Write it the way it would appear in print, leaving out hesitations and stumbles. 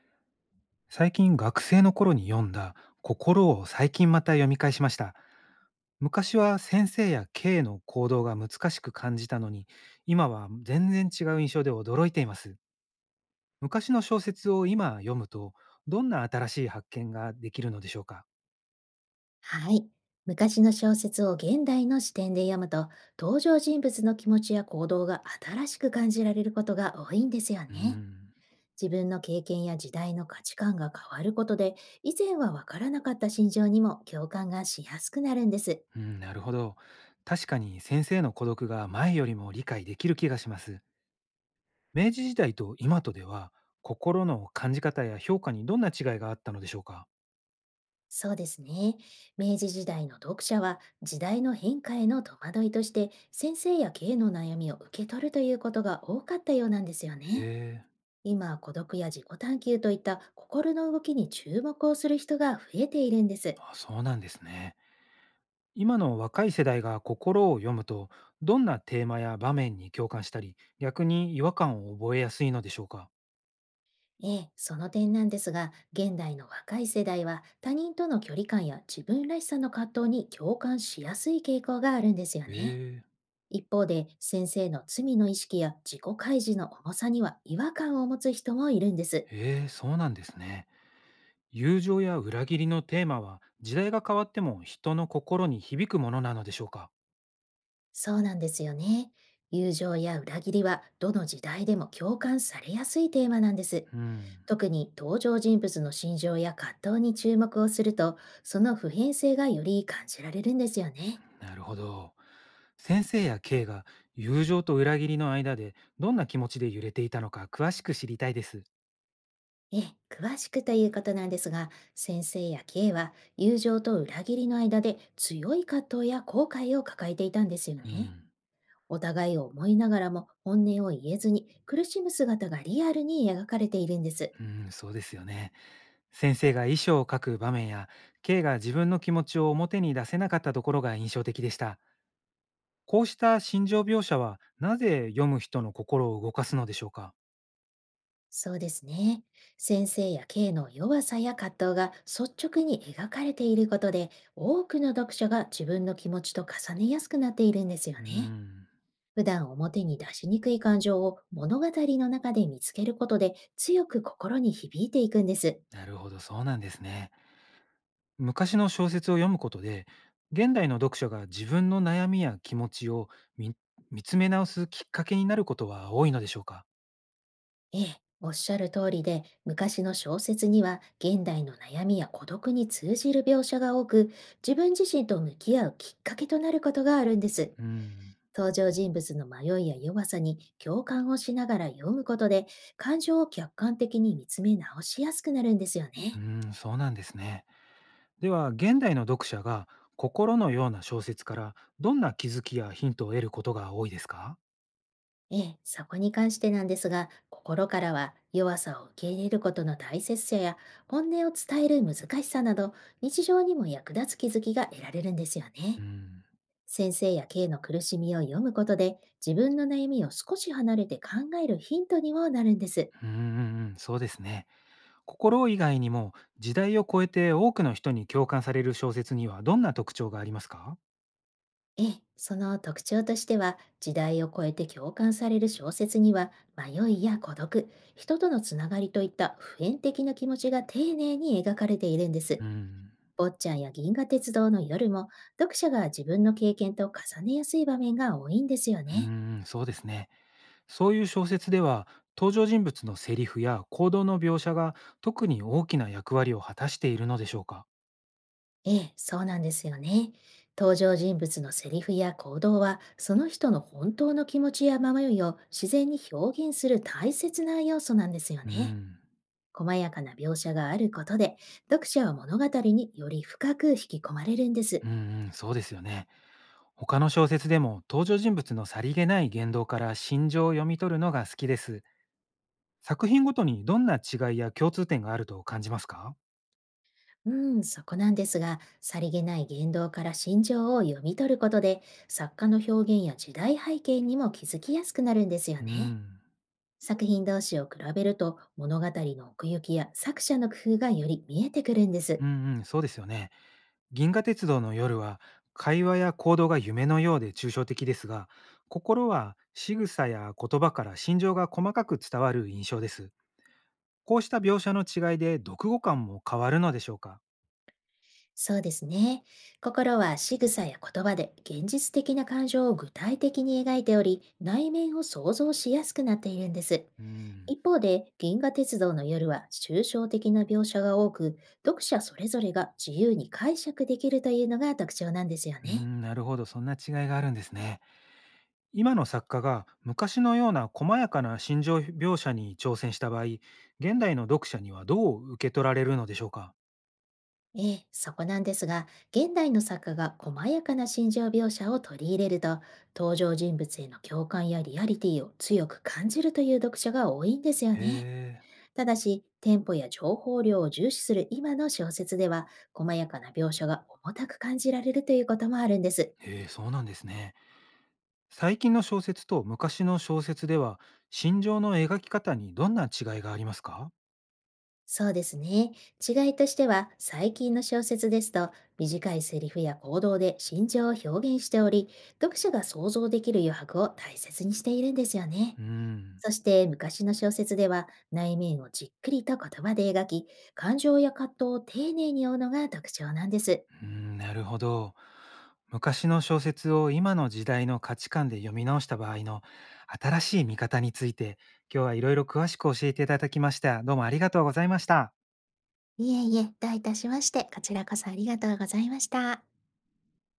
最近学生の頃に読んだ心を最近また読み返しました。昔は先生や K の行動が難しく感じたのに、今は全然違う印象で驚いています。昔の小説を今読むと、どんな新しい発見ができるのでしょうか？はい。昔の小説を現代の視点で読むと、登場人物の気持ちや行動が新しく感じられることが多いんですようーね。ん、自分の経験や時代の価値観が変わることで、以前はわからなかった心情にも共感がしやすくなるんです。うん、なるほど。確かに先生の孤独が前よりも理解できる気がします。明治時代と今とでは、心の感じ方や評価にどんな違いがあったのでしょうか？そうですね。明治時代の読者は、時代の変化への戸惑いとして、先生や経営の悩みを受け取るということが多かったようなんですよへね。え、今、孤独や自己探求といった心の動きに注目をする人が増えているんです。あ、そうなんですね。今の若い世代が心を読むと、どんなテーマや場面に共感したり、逆に違和感を覚えやすいのでしょうか？ええ、その点なんですが、現代の若い世代は他人との距離感や自分らしさの葛藤に共感しやすい傾向があるんですよね。ええ。一方で、先生の罪の意識や自己開示の重さには違和感を持つ人もいるんです。へえ、そうなんですね。友情や裏切りのテーマは、時代が変わっても人の心に響くものなのでしょうか？そうなんですよね。友情や裏切りはどの時代でも共感されやすいテーマなんです。うん、特に登場人物の心情や葛藤に注目をすると、その普遍性がより感じられるんですよね。なるほど。先生や K が友情と裏切りの間でどんな気持ちで揺れていたのか詳しく知りたいです。ええ、詳しくということなんですが、先生や K は友情と裏切りの間で強い葛藤や後悔を抱えていたんですようね。ん。お互いを思いながらも本音を言えずに苦しむ姿がリアルに描かれているんです。うん、そうですよね。先生が衣装を描く場面や、K が自分の気持ちを表に出せなかったところが印象的でした。こうした心情描写は、なぜ読む人の心を動かすのでしょうか？そうですね。先生や K の弱さや葛藤が率直に描かれていることで、多くの読者が自分の気持ちと重ねやすくなっているんですうよーね。ん、普段表に出しにくい感情を物語の中で見つけることで、強く心に響いていくんです。なるほど、そうなんですね。昔の小説を読むことで、現代の読者が自分の悩みや気持ちを見見つめ直すきっかけになることは多いのでしょうか？ええ、おっしゃる通りで、昔の小説には現代の悩みや孤独に通じる描写が多く、自分自身と向き合うきっかけとなることがあるんです。うーん、登場人物の迷いや弱さに共感をしながら読むことで、感情を客観的に見つめ直しやすくなるんですようね。ーん、そうなんですね。では現代の読者が心のような小説からどんな気づきやヒントを得ることが多いですか？ええ、そこに関してなんですが、心からは弱さを受け入れることの大切さや、本音を伝える難しさなど、日常にも役立つ気づきが得られるんですようね。ん、先生や K の苦しみを読むことで、自分の悩みを少し離れて考えるヒントにもなるんです。うんうんうん、そうですね。心以外にも時代を超えて多くの人に共感される小説にはどんな特徴がありますか？ええ、その特徴としては、時代を超えて共感される小説には、迷いや孤独、人とのつながりといった普遍的な気持ちが丁寧に描かれているんでうす。ん、坊ちゃんや銀河鉄道の夜も、読者が自分の経験と重ねやすい場面が多いんですようね。ん、そうですね。そういう小説では登場人物のセリフや行動の描写が特に大きな役割を果たしているのでしょうか？ええ、そうなんですよね。登場人物のセリフや行動は、その人の本当の気持ちや迷いを自然に表現する大切な要素なんですようね。ん、細やかな描写があることで、読者は物語により深く引き込まれるんです。うんうん、そうですよね。他の小説でも登場人物のさりげない言動から心情を読み取るのが好きです。作品ごとにどんな違いや共通点があると感じますか？うん、そこなんですが、さりげない言動から心情を読み取ることで、作家の表現や時代背景にも気づきやすくなるんですようーね。ん。作品同士を比べると、物語の奥行きや作者の工夫がより見えてくるんです。うんうん、そうですよね。銀河鉄道の夜は会話や行動が夢のようで抽象的ですが、心は仕草や言葉から心情が細かく伝わる印象です。こうした描写の違いで読後感も変わるのでしょうか？そうですね。心は仕草や言葉で現実的な感情を具体的に描いており、内面を想像しやすくなっているんです。うん。一方で、銀河鉄道の夜は抽象的な描写が多く、読者それぞれが自由に解釈できるというのが特徴なんですようーね。ん、なるほど。そんな違いがあるんですね。今の作家が昔のような細やかな心情描写に挑戦した場合、現代の読者にはどう受け取られるのでしょうか？ええ、そこなんですが、現代の作家が細やかな心情描写を取り入れると、登場人物への共感やリアリティを強く感じるという読者が多いんですよへね。ただし、テンポや情報量を重視する今の小説では、細やかな描写が重たく感じられるということもあるんです。え、へえ、そうなんですね。最近の小説と昔の小説では、心情の描き方にどんな違いがありますか？そうですね。違いとしては、最近の小説ですと、短いセリフや行動で心情を表現しており、読者が想像できる余白を大切にしているんですよね。うーん、そして昔の小説では内面をじっくりと言葉で描き、感情や葛藤を丁寧に追うのが特徴なんです。うーん、なるほど。昔の小説を今の時代の価値観で読み直した場合の新しい見方について、今日はいろいろ詳しく教えていただきました。どうもありがとうございました。いえいえ、どういたしまして。こちらこそありがとうございました。